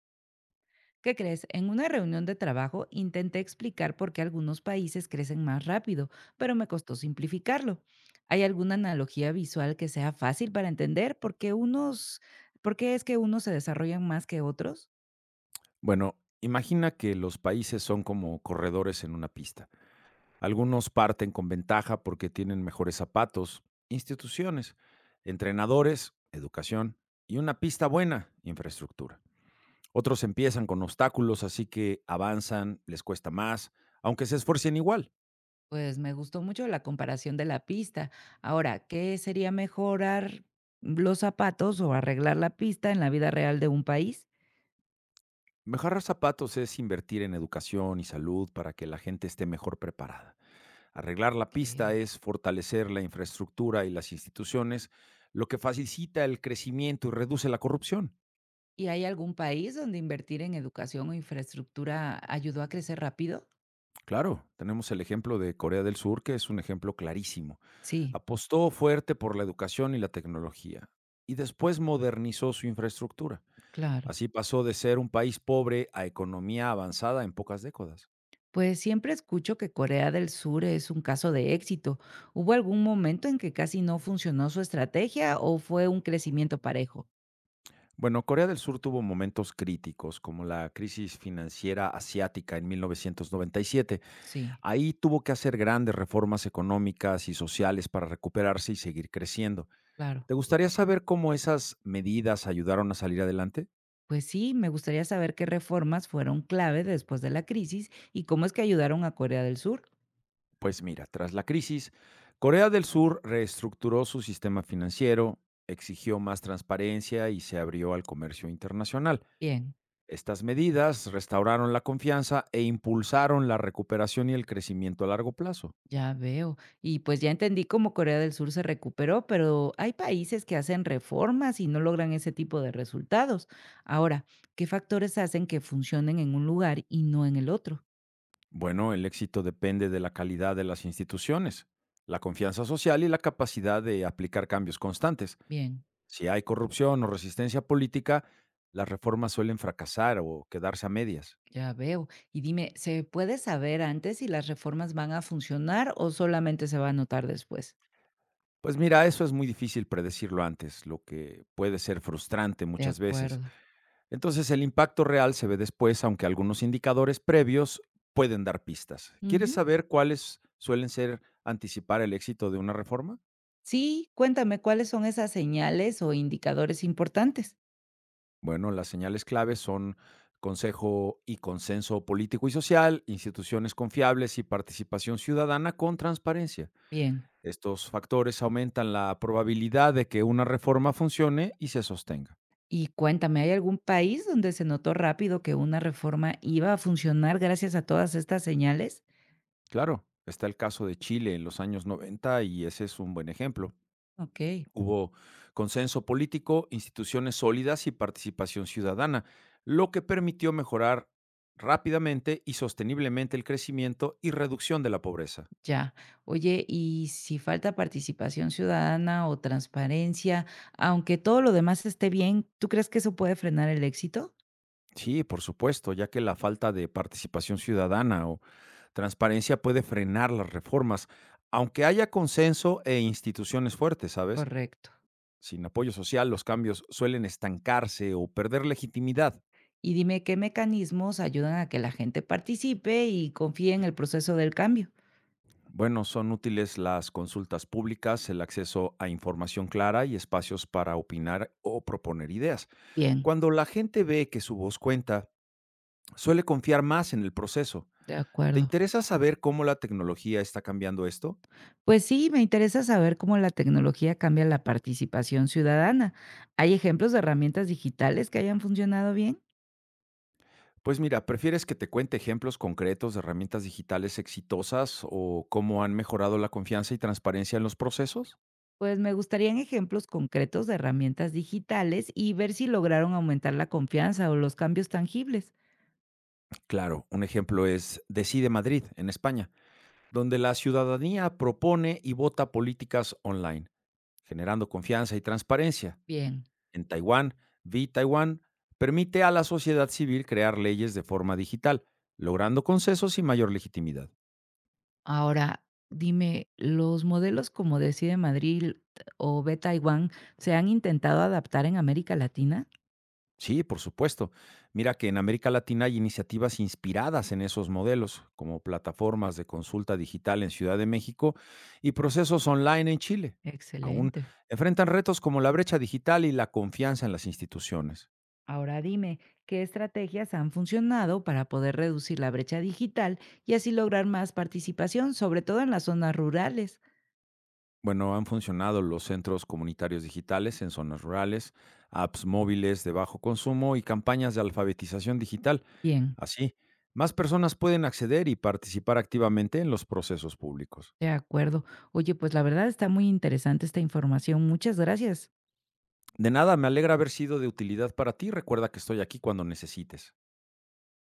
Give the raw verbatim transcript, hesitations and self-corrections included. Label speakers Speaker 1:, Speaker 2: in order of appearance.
Speaker 1: ¿Qué crees? En una reunión de trabajo intenté explicar por qué algunos países crecen más rápido, pero me costó simplificarlo. ¿Hay alguna analogía visual que sea fácil para entender por qué unos, por qué es que unos se desarrollan más que otros?
Speaker 2: Bueno, imagina que los países son como corredores en una pista. Algunos parten con ventaja porque tienen mejores zapatos, instituciones, entrenadores, educación y una pista buena, infraestructura. Otros empiezan con obstáculos, así que avanzan, les cuesta más, aunque se esfuercen igual.
Speaker 1: Pues me gustó mucho la comparación de la pista. Ahora, ¿qué sería mejorar los zapatos o arreglar la pista en la vida real de un país?
Speaker 2: Mejorar zapatos es invertir en educación y salud para que la gente esté mejor preparada. Arreglar la
Speaker 1: Ok.
Speaker 2: pista es fortalecer la infraestructura y las instituciones, lo que facilita el crecimiento y reduce la corrupción.
Speaker 1: ¿Y hay algún país donde invertir en educación o infraestructura ayudó a crecer rápido?
Speaker 2: Claro, tenemos el ejemplo de Corea del Sur, que es un ejemplo clarísimo.
Speaker 1: Sí,
Speaker 2: Apostó fuerte por la educación y la tecnología y después modernizó su infraestructura.
Speaker 1: claro.
Speaker 2: Así pasó de ser un país pobre a economía avanzada en pocas décadas.
Speaker 1: Pues siempre escucho que Corea del Sur es un caso de éxito. ¿Hubo algún momento en que casi no funcionó su estrategia o fue un crecimiento parejo?
Speaker 2: Bueno, Corea del Sur tuvo momentos críticos, como la crisis financiera asiática en mil novecientos noventa y siete.
Speaker 1: Sí,
Speaker 2: Ahí tuvo que hacer grandes reformas económicas y sociales para recuperarse y seguir creciendo.
Speaker 1: claro.
Speaker 2: ¿Te gustaría saber cómo esas medidas ayudaron a salir adelante?
Speaker 1: Pues sí, me gustaría saber qué reformas fueron clave después de la crisis y cómo es que ayudaron a Corea del Sur.
Speaker 2: Pues mira, tras la crisis, Corea del Sur reestructuró su sistema financiero, exigió más transparencia y se abrió al comercio internacional.
Speaker 1: Bien,
Speaker 2: Estas medidas restauraron la confianza e impulsaron la recuperación y el crecimiento a largo plazo.
Speaker 1: ya veo. Y pues ya entendí cómo Corea del Sur se recuperó, pero hay países que hacen reformas y no logran ese tipo de resultados. Ahora, ¿qué factores hacen que funcionen en un lugar y no en el otro?
Speaker 2: Bueno, el éxito depende de la calidad de las instituciones, la confianza social y la capacidad de aplicar cambios constantes.
Speaker 1: Bien.
Speaker 2: Si hay corrupción o resistencia política, las reformas suelen fracasar o quedarse a medias.
Speaker 1: Ya veo. Y dime, ¿se puede saber antes si las reformas van a funcionar o solamente se va a notar después?
Speaker 2: Pues mira, eso es muy difícil predecirlo antes, lo que puede ser frustrante
Speaker 1: De
Speaker 2: muchas veces.
Speaker 1: acuerdo.
Speaker 2: Entonces el impacto real se ve después, aunque algunos indicadores previos pueden dar pistas. ¿Quieres
Speaker 1: Ujú.
Speaker 2: saber cuáles suelen ser anticipar el éxito de una reforma?
Speaker 1: Sí, cuéntame cuáles son esas señales o indicadores importantes.
Speaker 2: Bueno, las señales claves son consejo y consenso político y social, instituciones confiables y participación ciudadana con transparencia.
Speaker 1: Bien.
Speaker 2: Estos factores aumentan la probabilidad de que una reforma funcione y se sostenga.
Speaker 1: Y cuéntame, ¿hay algún país donde se notó rápido que una reforma iba a funcionar gracias a todas estas señales?
Speaker 2: Claro, está el caso de Chile en los años noventa y ese es un buen ejemplo.
Speaker 1: Ok.
Speaker 2: Hubo consenso político, instituciones sólidas y participación ciudadana, lo que permitió mejorar rápidamente y sosteniblemente el crecimiento y reducción de la pobreza.
Speaker 1: Ya. Oye, y si falta participación ciudadana o transparencia, aunque todo lo demás esté bien, ¿tú crees que eso puede frenar el éxito?
Speaker 2: Sí, por supuesto, ya que la falta de participación ciudadana o transparencia puede frenar las reformas, aunque haya consenso e instituciones fuertes, ¿sabes?
Speaker 1: Correcto.
Speaker 2: Sin apoyo social, los cambios suelen estancarse o perder legitimidad.
Speaker 1: Y dime, ¿qué mecanismos ayudan a que la gente participe y confíe en el proceso del cambio?
Speaker 2: Bueno, son útiles las consultas públicas, el acceso a información clara y espacios para opinar o proponer ideas.
Speaker 1: Bien,
Speaker 2: Cuando la gente ve que su voz cuenta, suele confiar más en el proceso.
Speaker 1: de
Speaker 2: ¿Te
Speaker 1: acuerdo.
Speaker 2: interesa saber cómo la tecnología está cambiando esto?
Speaker 1: Pues sí, me interesa saber cómo la tecnología cambia la participación ciudadana. ¿Hay ejemplos de herramientas digitales que hayan funcionado bien?
Speaker 2: Pues mira, ¿prefieres que te cuente ejemplos concretos de herramientas digitales exitosas o cómo han mejorado la confianza y transparencia en los procesos?
Speaker 1: Pues me gustarían ejemplos concretos de herramientas digitales y ver si lograron aumentar la confianza o los cambios tangibles.
Speaker 2: Claro, un ejemplo es Decide Madrid, en España, donde la ciudadanía propone y vota políticas online, generando confianza y transparencia.
Speaker 1: Bien.
Speaker 2: En Taiwán, Vi Taiwán permite a la sociedad civil crear leyes de forma digital, logrando consensos y mayor legitimidad.
Speaker 1: Ahora, dime, ¿los modelos como Decide Madrid o Ve Taiwán se han intentado adaptar en América Latina?
Speaker 2: Sí, por supuesto. Mira que en América Latina hay iniciativas inspiradas en esos modelos, como plataformas de consulta digital en Ciudad de México y procesos online en Chile. Aún
Speaker 1: Excelente.
Speaker 2: enfrentan retos como la brecha digital y la confianza en las instituciones.
Speaker 1: Ahora dime, ¿qué estrategias han funcionado para poder reducir la brecha digital y así lograr más participación, sobre todo en las zonas rurales?
Speaker 2: Bueno, han funcionado los centros comunitarios digitales en zonas rurales, apps móviles de bajo consumo y campañas de alfabetización digital.
Speaker 1: Bien,
Speaker 2: Así, más personas pueden acceder y participar activamente en los procesos públicos.
Speaker 1: de acuerdo. Oye, pues la verdad está muy interesante esta información. Muchas gracias.
Speaker 2: De nada, me alegra haber sido de utilidad para ti. Recuerda que estoy aquí cuando necesites.